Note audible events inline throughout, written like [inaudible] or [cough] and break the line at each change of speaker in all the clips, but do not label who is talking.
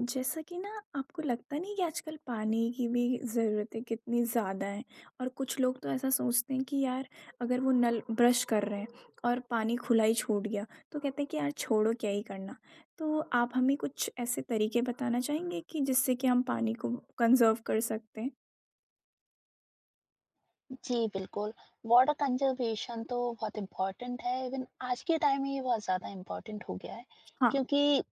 जैसा कि ना आपको लगता नहीं कि आजकल पानी की भी ज़रूरतें कितनी ज़्यादा हैं? और कुछ लोग तो ऐसा सोचते हैं कि यार अगर वो नल ब्रश कर रहे हैं और पानी खुला ही छूट गया तो कहते हैं कि यार छोड़ो क्या ही करना। तो आप हमें कुछ ऐसे तरीके बताना चाहेंगे कि जिससे कि हम पानी को कंज़र्व कर सकते हैं?
जी, बिल्कुल। वाटर कंज़र्वेशन तो बहुत इम्पोर्टेंट है, इवन आज के टाइम में ये बहुत ज़्यादा इम्पोर्टेंट हो गया है,
हाँ,
क्योंकि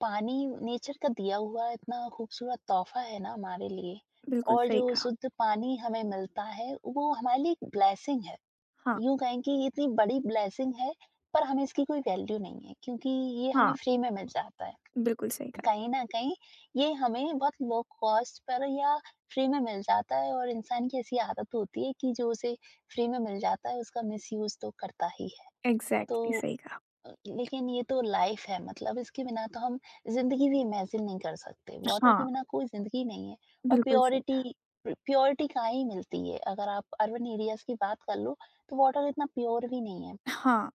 पानी नेचर का दिया हुआ इतना खूबसूरत तोहफ़ा है ना हमारे लिए।
बिल्कुल
और
सही
जो
कहा।
शुद्ध पानी हमें मिलता है, वो हमारे लिए एक ब्लेसिंग है।
हाँ,
यूँ कहें कि ये इतनी बड़ी ब्लेसिंग है, पर हमें इसकी कोई वैल्यू नहीं है, क्योंकि ये हमें
हाँ,
फ्री में मिल जाता है।
बिल्कुल सही कहा।
कहीं न कहीं ये हमें बहुत लो कॉस्ट पर या फ्री में मिल जाता है और इंसान की ऐसी आदत होती है कि जो उसे फ्री में मिल जाता है उसका मिसयूज़ तो करता ही है। तो
एग्ज़ैक्टली सही कहा।
लेकिन ये तो लाइफ़ है मतलब इसके बिना तो हम ज़िंदगी भी इमेजिन नहीं कर सकते। वाटर के
हाँ,
बिना कोई ज़िंदगी नहीं है। और
बिल्कुल सही
प्योरिटी
कहा।
प्र प्योरिटी कहाँ ही मिलती है? अगर आप अर्बन एरियाज़ की बात कर लो तो वाटर इतना प्योर भी नहीं है।
हाँ,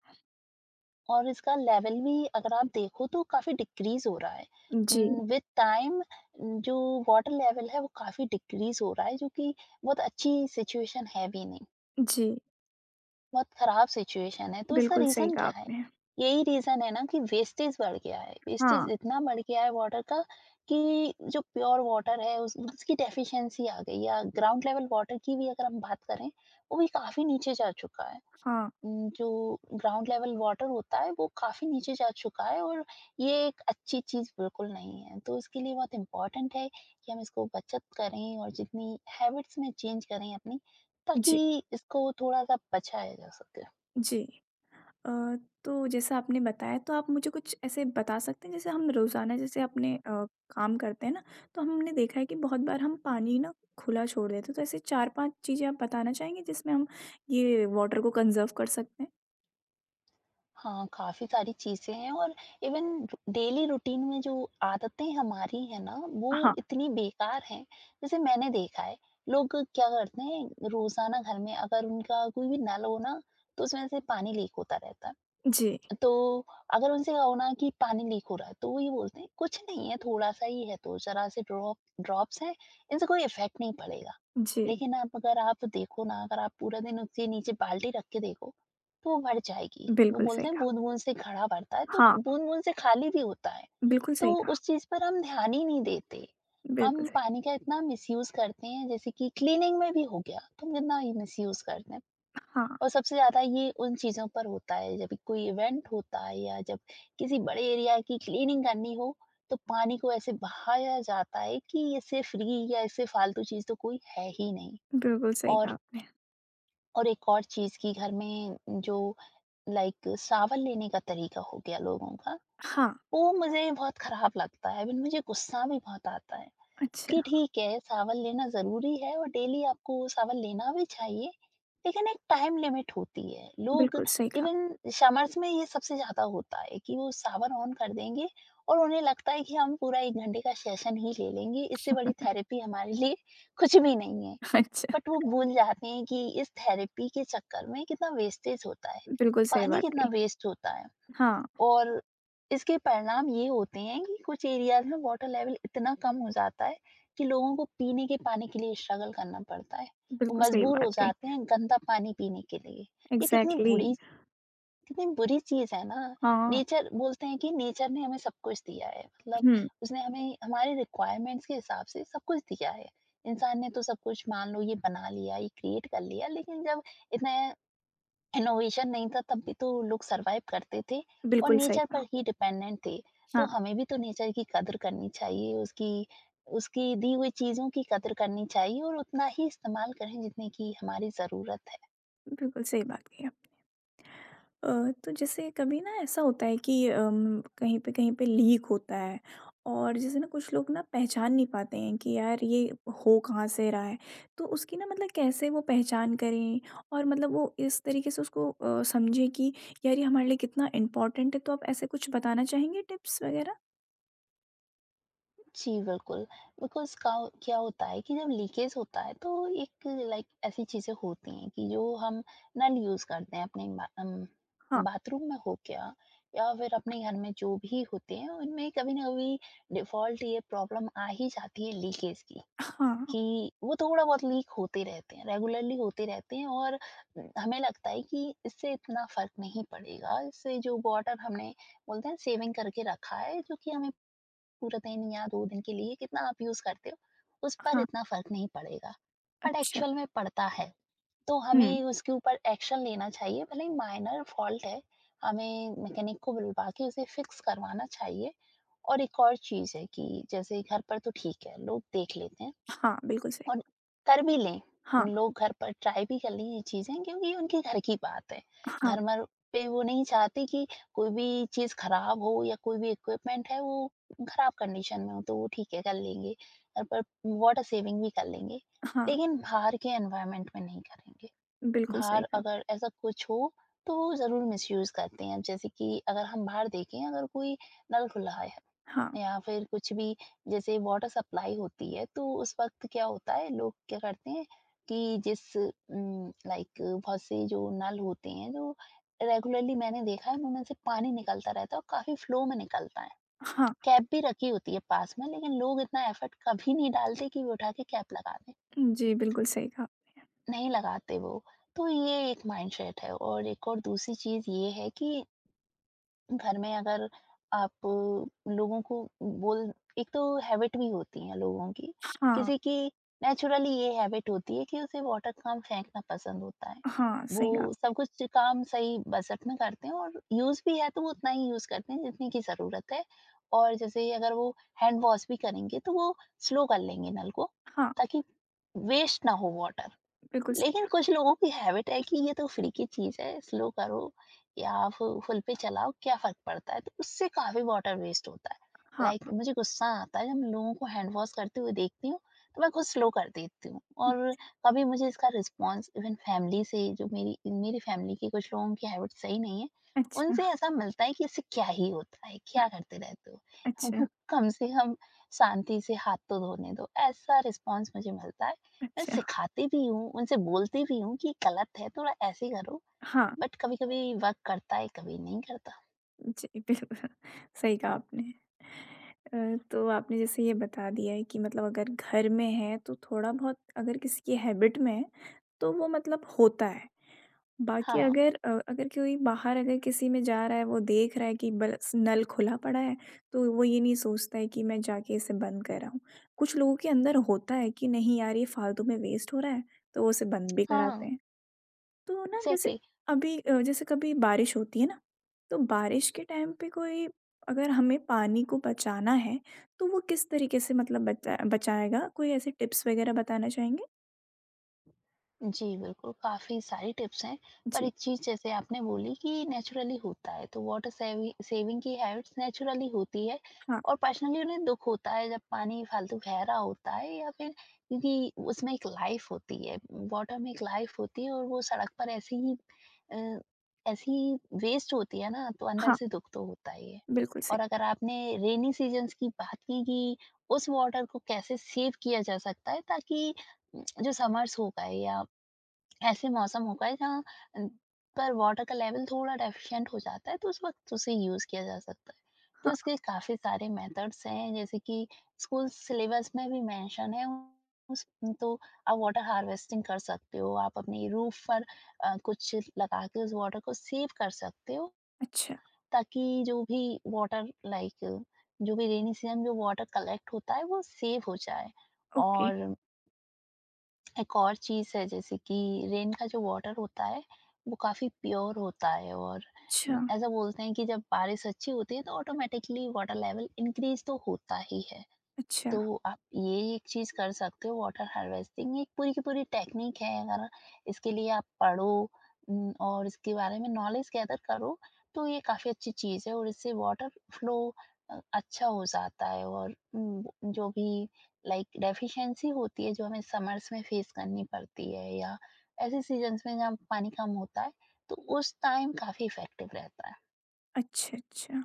और इसका लेवल भी अगर आप देखो तो काफ़ी डिक्रीज़ हो रहा है।
जी,
विद टाइम जो वाटर लेवल है वो काफ़ी डिक्रीज़ हो रहा है, जो कि बहुत अच्छी सिचुएशन है भी नहीं,
जी,
बहुत ख़राब सिचुएशन है। तो इसका
बिल्कुल सही
रीज़न
कहा
क्या है?
आपने।
यही रीज़न है ना कि वेस्टेज बढ़ गया है। वेस्टेज
हाँ,
इतना बढ़ गया है वाटर का कि जो प्योर वाटर है उस उसकी डेफ़िशिएंसी आ गई, या ग्राउंड लेवल वाटर की भी अगर हम बात करें, वो भी काफ़ी नीचे जा चुका है।
हाँ,
जो ग्राउंड लेवल वाटर होता है वो काफ़ी नीचे जा चुका है और ये एक अच्छी चीज़ बिल्कुल नहीं है। तो इसके लिए बहुत इम्पोर्टेंट है कि हम इसको बचत करें और जितनी हैबिट्स में चेंज करें अपनी,
जी।
ताकि इसको थोड़ा-सा बचाया जा सके।
जी। अ, तो जैसा आपने बताया तो आप मुझे कुछ ऐसे बता सकते हैं जैसे हम रोज़ाना जैसे अपने काम करते हैं ना, तो हमने देखा है कि बहुत बार हम पानी ना खुला छोड़ देते हैं। तो ऐसे 4-5 चीज़ें आप बताना चाहेंगे जिसमें हम ये वाटर को कंज़र्व कर सकते हैं?
हाँ, काफ़ी सारी चीज़ें हैं और इवन डेली रूटीन में जो आदतें हमारी हैं ना वो
हाँ।
इतनी बेकार हैं। जैसे मैंने देखा है, लोग क्या करते हैं रोज़ाना घर में, अगर उनका कोई भी नल हो ना, तो उसमें से पानी लीक होता रहता है।
जी,
तो अगर उनसे कहो ना कि पानी लीक हो रहा है, तो वो ये बोलते हैं, "कुछ नहीं है, थोड़ा-सा ही है तो, ज़रा से ड्रॉप ड्रॉप्स हैं, इनसे कोई इफ़ेक्ट नहीं पड़ेगा।"
जी।
लेकिन आप अगर आप देखो ना, अगर आप पूरा दिन उसके नीचे बाल्टी रख के देखो, तो वो भर जाएगी। वो
बिल्कुल सही
बोलते हैं,
कहा।
"बूँद-बूँद से घड़ा भरता है।" तो
हाँ,
बूँद-बूँद से खाली भी होता है।
बिल्कुल
तो
सही कहा,
उस चीज़ पर हम ध्यान ही नहीं देते।
बिल्कुल
हम
सही।
पानी का इतना मिसयूज़ करते हैं, जैसे कि क्लीनिंग में भी हो गया, तो हम कितना ही मिसयूज़ करते हैं। और
हाँ,
सबसे ज़्यादा ये उन चीज़ों पर होता है जब कोई इवेंट होता है या जब किसी बड़े एरिया की क्लीनिंग करनी हो, तो पानी को ऐसे बहाया जाता है कि इससे फ्री या इससे फालतू चीज़ तो कोई है ही नहीं।
बिल्कुल सही कहा
और
आपने।
और एक और चीज़ की घर में जो लाइक सावन लेने का तरीका हो गया लोगों का,
हाँ,
वो मुझे बहुत खराब लगता है, इवन मुझे गुस्सा भी बहुत आता है कि
अच्छा,
ठीक है सावन लेना ज़रूरी है और डेली आपको सावन लेना भी चाहिए, लेकिन एक टाइम लिमिट होती है लोग।
बिल्कुल सही कहा।
इवन समर्स में ये सबसे ज्यादा होता है कि वो सावर ऑन कर देंगे और उन्हें लगता है कि हम पूरा एक घंटे का सेशन ही ले लेंगे, इससे बड़ी थेरेपी हमारे लिए कुछ भी नहीं है।
[laughs] अच्छा,
बट वो भूल जाते हैं कि इस थेरेपी के चक्कर में कितना वेस्टेज होता है,
बिल्कुल सही
पानी
बात
कितना
कही।
वेस्ट होता है।
हाँ,
और इसके परिणाम ये होते हैं कि कुछ एरियाज में वाटर लेवल इतना कम हो जाता है कि लोगों को पीने के पानी के लिए स्ट्रगल करना पड़ता है। वो
बिल्कुल सही
मजबूर हो
बात कही।
जाते हैं गंदा पानी पीने के लिए। ये कितनी
एग्ज़ैक्टली,
बुरी, कितनी बुरी चीज़ है ना।
हाँ।
नेचर बोलते हैं कि नेचर ने हमें सब कुछ दिया है। मतलब
हुँ,
उसने हमें हमारे रिक्वायरमेंट्स के हिसाब से सब कुछ दिया है। इंसान ने तो सब कुछ मान लो ये बना लिया, ये क्रिएट कर लिया, लेकिन जब इतने इनोवेशन नहीं था तब भी तो लोग सरवाइव करते थे और
बिल्कुल सही
नेचर
कहा।
पर ही डिपेंडेंट थे। तो
हाँ,
हमें भी तो नेचर की कदर करनी चाहिए, उसकी उसकी दी हुई चीज़ों की कदर करनी चाहिए और उतना ही इस्तेमाल करें जितने की हमारी ज़रूरत है।
बिल्कुल सही बात कही आपने। तो जैसे कभी ना ऐसा होता है कि कहीं पे लीक होता है और जैसे ना कुछ लोग ना पहचान नहीं पाते हैं कि यार ये हो कहाँ से रहा है। तो उसकी ना मतलब कैसे वो पहचान करें और मतलब वो इस तरीके से उसको समझें कि यार ये हमारे लिए कितना इम्पोर्टेंट है। तो आप ऐसे कुछ बताना चाहेंगे टिप्स वगैरह?
जी बिल्कुल, बिकॉज़ का क्या होता है कि जब लीकेज होता है तो एक लाइक ऐसी चीज़ें होती हैं कि जो हम नल यूज़ करते हैं अपने
हाँ,
बाथरूम में हो गया या फिर अपने घर में जो भी होते हैं उनमें कभी न कभी डिफ़ॉल्ट ये प्रॉब्लम आ ही जाती है लीकेज की,
हाँ,
कि वो थोड़ा बहुत लीक होते रहते हैं, रेगुलरली होते रहते हैं। और हमें लगता है कि इससे इतना फ़र्क नहीं पड़ेगा, इससे जो वाटर हमने बोलते हैं सेविंग करके रखा है जो कि हमें पूरे दिन या 2 दिन के लिए कितना आप यूज़ करते हो, उस पर
हाँ,
इतना फ़र्क नहीं पड़ेगा। बट
अच्छा।
एक्चुअल में पड़ता है, तो
हुँ,
हमें उसके ऊपर एक्शन लेना चाहिए, भले ही माइनर फ़ॉल्ट है, हमें मैकेनिक को बुलवा के उसे फ़िक्स करवाना चाहिए। और एक और चीज़ है कि जैसे घर पर तो ठीक है, लोग देख लेते हैं।
हाँ, बिल्कुल सही।
और कर भी लें, उन
हाँ,
लोग घर पर ट्राई भी कर लें ये चीज़ें क्योंकि ये उनके घर की बात है।
हाँ,
घर मर पे वो नहीं चाहते कि कोई भी चीज़ खराब हो या कोई भी इक्विपमेंट है वो खराब कंडीशन में हो, तो वो ठीक है कर लेंगे। पर वाटर सेविंग भी कर लेंगे,
हाँ,
लेकिन बाहर के एनवायरनमेंट में नहीं करेंगे।
बिल्कुल सही
बाहर
कहा।
अगर ऐसा कुछ हो, तो वो ज़रूर मिसयूज़ करते हैं। अब जैसे कि अगर हम बाहर देखें, अगर कोई नल खुला है
हाँ,
या फिर कुछ भी जैसे वाटर सप्लाई होती है, तो उस वक़्त क्या होता है, लोग क्या करते हैं कि जिस लाइक बहुत से जो नल होते हैं जो रेगुलरली मैंने देखा है, उनमें से पानी निकलता रहता है और काफ़ी फ्लो में निकलता है।
हाँ।
कैप भी रखी होती है पास में, लेकिन लोग इतना एफर्ट कभी नहीं डालते कि वो उठा के कैप लगा दें।
जी, बिल्कुल सही कहा आपने।
नहीं लगाते वो। तो ये एक माइंडसेट है और एक और दूसरी चीज़ ये है कि घर में अगर आप लोगों को बोल एक तो हैबिट भी होती है लोगों की।
हाँ,
किसी की नेचुरली ये हैबिट होती है कि उसे वाटर काम फेंकना पसंद होता है।
हाँ, सही
वो
कहा।
सब कुछ काम सही बजट में करते हैं और यूज़ भी है तो वो उतना ही यूज़ करते हैं जितने की ज़रूरत है। और जैसे अगर वो हैंड वॉश भी करेंगे तो वो स्लो कर लेंगे नल को,
हाँ,
ताकि वेस्ट ना हो वाटर।
बिल्कुल सही
लेकिन
कहा।
कुछ लोगों की हैबिट है कि ये तो फ्री की चीज है, स्लो करो या फुल पे चलाओ क्या फर्क पड़ता है, तो उससे काफी वाटर वेस्ट होता है।
हाँ,
Like, मुझे गुस्सा आता है जब मैं लोगों को हैंड वॉश करते हुए देखती हूँ तो मैं खुद स्लो कर देती हूँ।
हुँ,
और कभी मुझे इसका रिस्पॉन्स इवन फैमिली से, जो मेरी मेरी फैमिली की कुछ लोगों की हैबिट सही नहीं है,
अच्छा,
उनसे ऐसा मिलता है कि इससे क्या ही होता है, क्या करते रहते हो,
अच्छा,
[laughs] कम से कम शांति से हाथ तो धोने दो, ऐसा रिस्पॉन्स मुझे मिलता है। मैं
अच्छा।
सिखाती भी हूँ, उनसे बोलती भी हूँ कि ये गलत है, थोड़ा ऐसे ही करो,
हाँ,
बट कभी-कभी वर्क करता है, कभी नहीं करता।
जी, [laughs] बिल्कुल सही कहा आपने। तो आपने जैसे ये बता दिया है कि मतलब अगर घर में है, तो थोड़ा-बहुत अगर किसी की हैबिट में है, तो वो मतलब होता है। बाकी
हाँ,
अगर अगर कोई बाहर अगर किसी में जा रहा है, वो देख रहा है कि बस नल खुला पड़ा है, तो वो ये नहीं सोचता है कि मैं जाके इसे बंद कर आऊँ। कुछ लोगों के अंदर होता है कि नहीं यार, ये फालतू में वेस्ट हो रहा है, तो वो उसे बंद भी
हाँ,
कराते हैं। तो ना जैसे
एग्ज़ैक्टली।
अभी जैसे कभी बारिश होती है ना, तो बारिश के टाइम पे कोई अगर हमें पानी को बचाना है, तो वो किस तरीके से मतलब बचाएगा? कोई ऐसे टिप्स वगैरह बताना चाहेंगे?
जी बिल्कुल, काफ़ी सारी टिप्स हैं, पर
जी,
एक चीज़ जैसे आपने बोली कि नेचुरली होता है, तो वाटर सेविंग की हैबिट्स नेचुरली होती है
हाँ,
और पर्सनली उन्हें दुख होता है जब पानी फालतू गहरा होता है, या फिर क्योंकि उसमें एक लाइफ होती है, वाटर में एक लाइफ होती है और वो सड़क पर ऐसी ही अ, ऐसी वेस्ट होती है ना, तो अंदर
हाँ,
से दुख तो होता ही है।
बिल्कुल सही।
और अगर आपने रेनी सीजन्स की बात की कि उस वाटर को कैसे सेव किया जा सकता है, ताकि जो समर्स होगा या ऐसे मौसम होगा जहाँ अ, पर वाटर का लेवल थोड़ा डेफिशिएंट हो जाता है, तो उस वक़्त उसे यूज़ किया जा सकता है। तो
हाँ,
इसके काफ़ी सारे मेथड्स हैं, जैसे कि स्कूल सिलेबस में भी मेंशन है उस तो आप वाटर हार्वेस्टिंग कर सकते हो, आप अपनी रूफ़ पर कुछ लगा के उस वाटर को सेव कर सकते हो,
अच्छा,
ताकि जो भी वाटर लाइक जो भी रेनी सीज़न में जो वाटर कलेक्ट होता है वो सेव हो जाए।
ओके।
और एक और चीज़ है जैसे कि रेन का जो वाटर होता है वो काफ़ी प्योर होता है, और
अच्छा,
ऐसा बोलते हैं कि जब बारिश अच्छी होती है तो ऑटोमेटिकली वाटर लेवल इंक्रीज तो होता ही है।
अच्छा,
तो आप ये एक चीज़ कर सकते हो, वाटर हार्वेस्टिंग ये एक पूरी की पूरी टेक्निक है, अगर इसके लिए आप पढ़ो और इसके बारे में नॉलेज गैदर करो, तो ये काफ़ी अच्छी चीज़ है और इससे वाटर फ्लो अच्छा हो जाता है और जो भी लाइक डेफिशिएंसी होती है जो हमें समर्स में फेस करनी पड़ती है या ऐसे सीजन्स में जहाँ पानी कम होता है तो उस टाइम काफ़ी इफ़ेक्टिव रहता है।
अच्छा, अच्छा।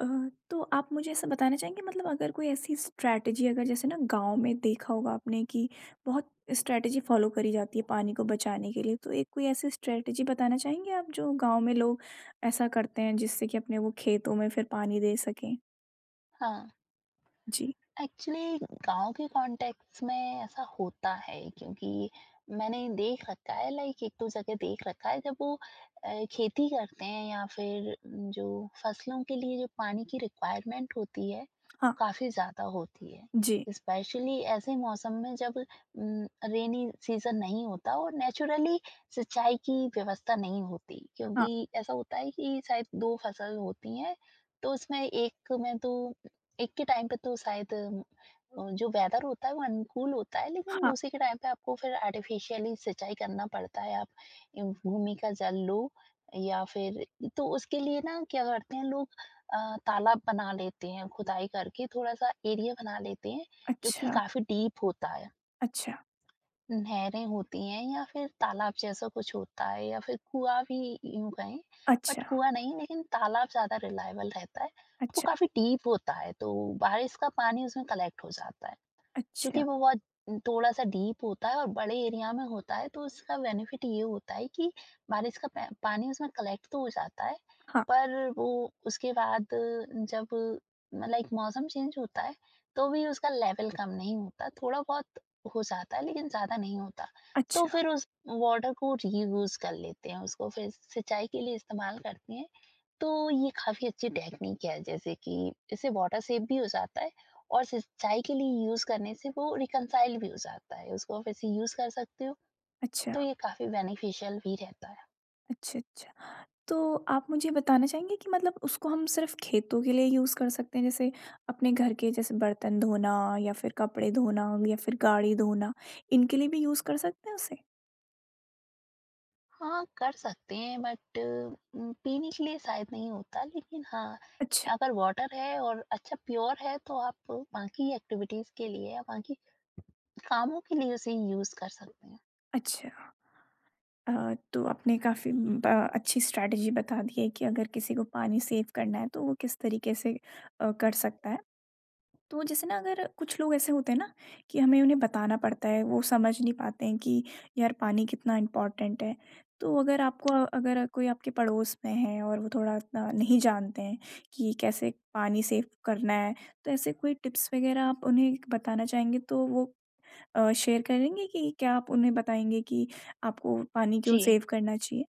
अ, तो आप मुझे ऐसा बताना चाहेंगे मतलब अगर कोई ऐसी स्ट्रैटेजी अगर जैसे ना गाँव में देखा होगा आपने कि बहुत स्ट्रैटेजी फ़ॉलो करी जाती है पानी को बचाने के लिए, तो एक कोई ऐसी स्ट्रैटेजी बताना चाहेंगे आप जो गाँव में लोग ऐसा करते हैं जिससे कि अपने वो खेतों में फिर पानी दे सकें?
हाँ।
जी,
एक्चुअली गाँव के कॉन्टेक्स्ट में ऐसा होता है क्योंकि मैंने देख रखा है, लाइक एक दो जगह देख रखा है। जब वो खेती करते हैं या फिर न, जो फसलों के लिए जो पानी की रिक्वायरमेंट होती है,
हाँ,
काफ़ी ज़्यादा होती
जी,
है। स्पेशली ऐसे मौसम में जब रेनी सीज़न नहीं होता और नेचुरली सिंचाई की व्यवस्था नहीं होती,
हाँ,
क्योंकि ऐसा होता है कि शायद 2 फसल होती हैं, तो उसमें एक में तो एक के टाइम पे तो शायद जो वेदर होता है वो अनुकूल होता है, लेकिन
हाँ,
दूसरे के टाइम पे आपको फिर आर्टिफिशियली सिंचाई करना पड़ता है। आप भूमि का जल लो या फिर, तो उसके लिए ना क्या करते हैं लोग, तालाब बना लेते हैं, खुदाई करके थोड़ा सा एरिया बना लेते हैं जो कि
अच्छा,
काफी डीप होता है।
अच्छा,
नहरें होती हैं या फिर तालाब जैसा कुछ होता है या फिर कुआँ भी यूँ कहें, बट
अच्छा,
कुआँ नहीं, लेकिन तालाब ज़्यादा रिलाएबल रहता है। वो
अच्छा,
काफ़ी डीप होता है तो बारिश का पानी उसमें कलेक्ट हो जाता है। चूँकि
अच्छा,
वो बहुत थोड़ा-सा डीप होता है और बड़े एरिया में होता है, तो उसका बेनिफिट ये होता है कि बारिश का पै पानी उसमें कलेक्ट तो हो जाता है,
हाँ,
पर वो उसके बाद जब लाइक मौसम चेंज होता है, तो भी उसका लेवल कम नहीं होता, थोड़ा-बहुत हो जाता है लेकिन ज़्यादा नहीं होता। तो
अच्छा,
फिर उस वाटर को रीयूज़ कर लेते हैं, उसको फिर सिंचाई के लिए इस्तेमाल करते हैं। तो ये काफ़ी अच्छी टेक्निक है, जैसे कि इससे वाटर सेव भी हो जाता है और सिंचाई के लिए यूज़ करने से वो रिकनसाइल भी हो जाता है। उसको आप ऐसे यूज़ कर सकते हो,
अच्छा,
तो ये काफ़ी बेनिफिशियल भी रहता है।
अच्छा, अच्छा। तो आप मुझे बताना चाहेंगे कि मतलब उसको हम सिर्फ़ खेतों के लिए यूज़ कर सकते हैं, जैसे अपने घर के जैसे बर्तन धोना या फिर कपड़े धोना या फिर गाड़ी धोना, इनके लिए भी यूज़ कर सकते हैं उसे?
हाँ, कर सकते हैं, बट पीने के लिए शायद नहीं होता, लेकिन हाँ,
अच्छा,
अगर वाटर है और अच्छा प्योर है तो आप बाकी एक्टिविटीज़ के लिए या बाकी कामों के लिए उसे यूज़ कर सकते हैं।
अच्छा। तो आपने काफ़ी ब अच्छी स्ट्रैटेजी बता दी है कि अगर किसी को पानी सेव करना है, तो वो किस तरीके से कर सकता है। तो जैसे ना अगर कुछ लोग ऐसे होते हैं ना कि हमें उन्हें बताना पड़ता है, वो समझ नहीं पाते हैं कि यार पानी कितना इम्पोर्टेंट है। तो अगर आपको अगर कोई आपके पड़ोस में है और वो थोड़ा इतना नहीं जानते हैं कि कैसे पानी सेव करना है, तो ऐसे कोई टिप्स वगैरह आप उन्हें बताना चाहेंगे तो वो शेयर करेंगे कि क्या आप उन्हें बताएँगे कि आपको पानी क्यों
जी।
सेव करना चाहिए?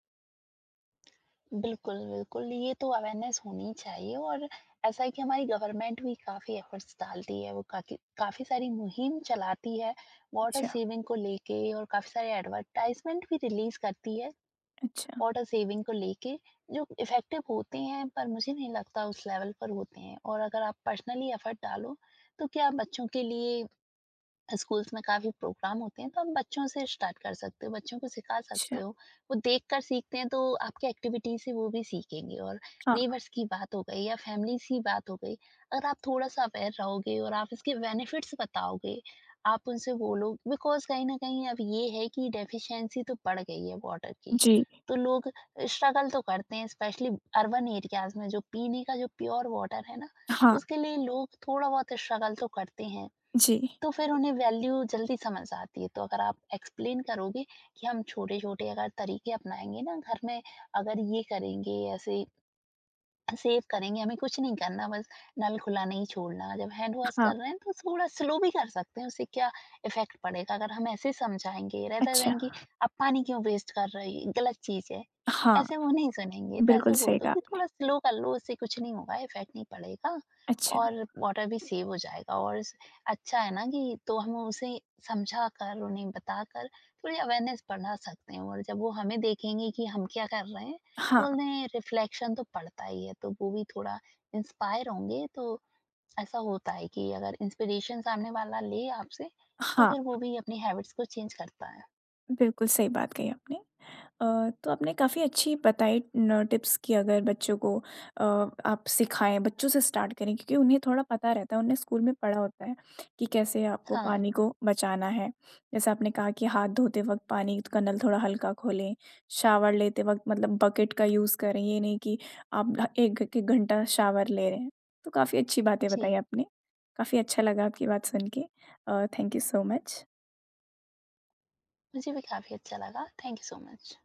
बिल्कुल, बिल्कुल, ये तो अवेयरनेस होनी चाहिए। और ऐसा है कि हमारी गवर्नमेंट भी काफ़ी एफर्ट्स डालती है, वो काकी काफ़ी सारी मुहिम चलाती है वाटर
अच्छा,
सेविंग को लेके, और काफ़ी सारे एडवर्टाइज़मेंट भी रिलीज़ करती है
अच्छा,
वाटर सेविंग को लेके, जो इफ़ेक्टिव होते हैं, पर मुझे नहीं लगता उस लेवल पर होते हैं। और अगर आप पर्सनली एफर्ट डालो, तो क्या, बच्चों के लिए स्कूल्स में काफ़ी प्रोग्राम होते हैं, तो आप बच्चों से स्टार्ट कर सकते हो, बच्चों को सिखा सकते
अच्छा।
हो। वो देखकर सीखते हैं, तो आपकी एक्टिविटी से वो भी सीखेंगे। और
हाँ,
नेबर्स की बात हो गई या फैमिलीज़ की बात हो गई, अगर आप थोड़ा-सा अवेयर रहोगे और आप इसके बेनिफिट्स बताओगे, आप उनसे बोलो, बिकॉज़ कहीं न कहीं अब ये है कि डेफ़िशिएंसी तो बढ़ गई है वाटर की,
जी,
तो लोग स्ट्रगल तो करते हैं, स्पेशली अर्बन एरियाज़ में जो पीने का जो प्योर वाटर है ना,
हाँ,
उसके लिए लोग थोड़ा बहुत स्ट्रगल तो करते हैं।
जी,
तो फिर उन्हें वैल्यू जल्दी समझ आती है। तो अगर आप एक्सप्लेन करोगे कि हम छोटे-छोटे अगर तरीके अपनाएँगे ना घर में, अगर ये करेंगे, ऐसे सेव करेंगे, हमें कुछ नहीं करना, बस नल खुला नहीं छोड़ना। जब हैंड वॉश
हाँ,
कर रहे हैं तो थोड़ा स्लो भी कर सकते हैं, उससे क्या इफ़ेक्ट पड़ेगा, अगर हम ऐसे समझाएँगे रेदर
अच्छा,
देन कि आप पानी क्यों वेस्ट कर रहे हो, ये गलत चीज़ है।
हाँ,
ऐसे वो नहीं सुनेंगे, तो
बिल्कुल
ऐसे बोल
सही
दो कि
कहा।
थोड़ा स्लो कर लो, उससे कुछ नहीं होगा, इफ़ेक्ट नहीं पड़ेगा
अच्छा।
और वाटर भी सेव हो जाएगा। और स अच्छा है ना, कि तो हम उसे समझा कर, उन्हें बताकर थोड़ी अवेयरनेस बढ़ा सकते हैं। और जब वो हमें देखेंगे कि हम क्या कर रहे हैं, तो
हाँ,
उन्हें रिफ्लेक्शन तो पड़ता ही है, तो वो भी थोड़ा इंस्पायर होंगे। तो ऐसा होता है कि अगर इंस्पिरेशन सामने वाला ले आपसे, तो
हाँ,
फिर वो भी अपनी हैबिट्स को चेंज करता है।
बिल्कुल सही बात कही आपने। तो आपने काफ़ी अच्छी बताई न टिप्स कि अगर बच्चों को अ, आप सिखाएँ, बच्चों से स्टार्ट करें क्योंकि उन्हें थोड़ा पता रहता है, उन्हें स्कूल में पढ़ा होता है कि कैसे आपको
हाँ,
पानी को बचाना है। जैसे आपने कहा कि हाथ धोते वक़्त पानी का नल थोड़ा हल्का खोलें, शावर लेते वक़्त मतलब बकेट का यूज़ करें, ये नहीं कि आप ढ 1 घंटा शावर ले रहे हैं। तो काफ़ी अच्छी बातें बताई
जी।
आपने, काफ़ी अच्छा लगा आपकी बात सुन के। Thank you so much.
मुझे भी काफ़ी अच्छा लगा। Thank you so much.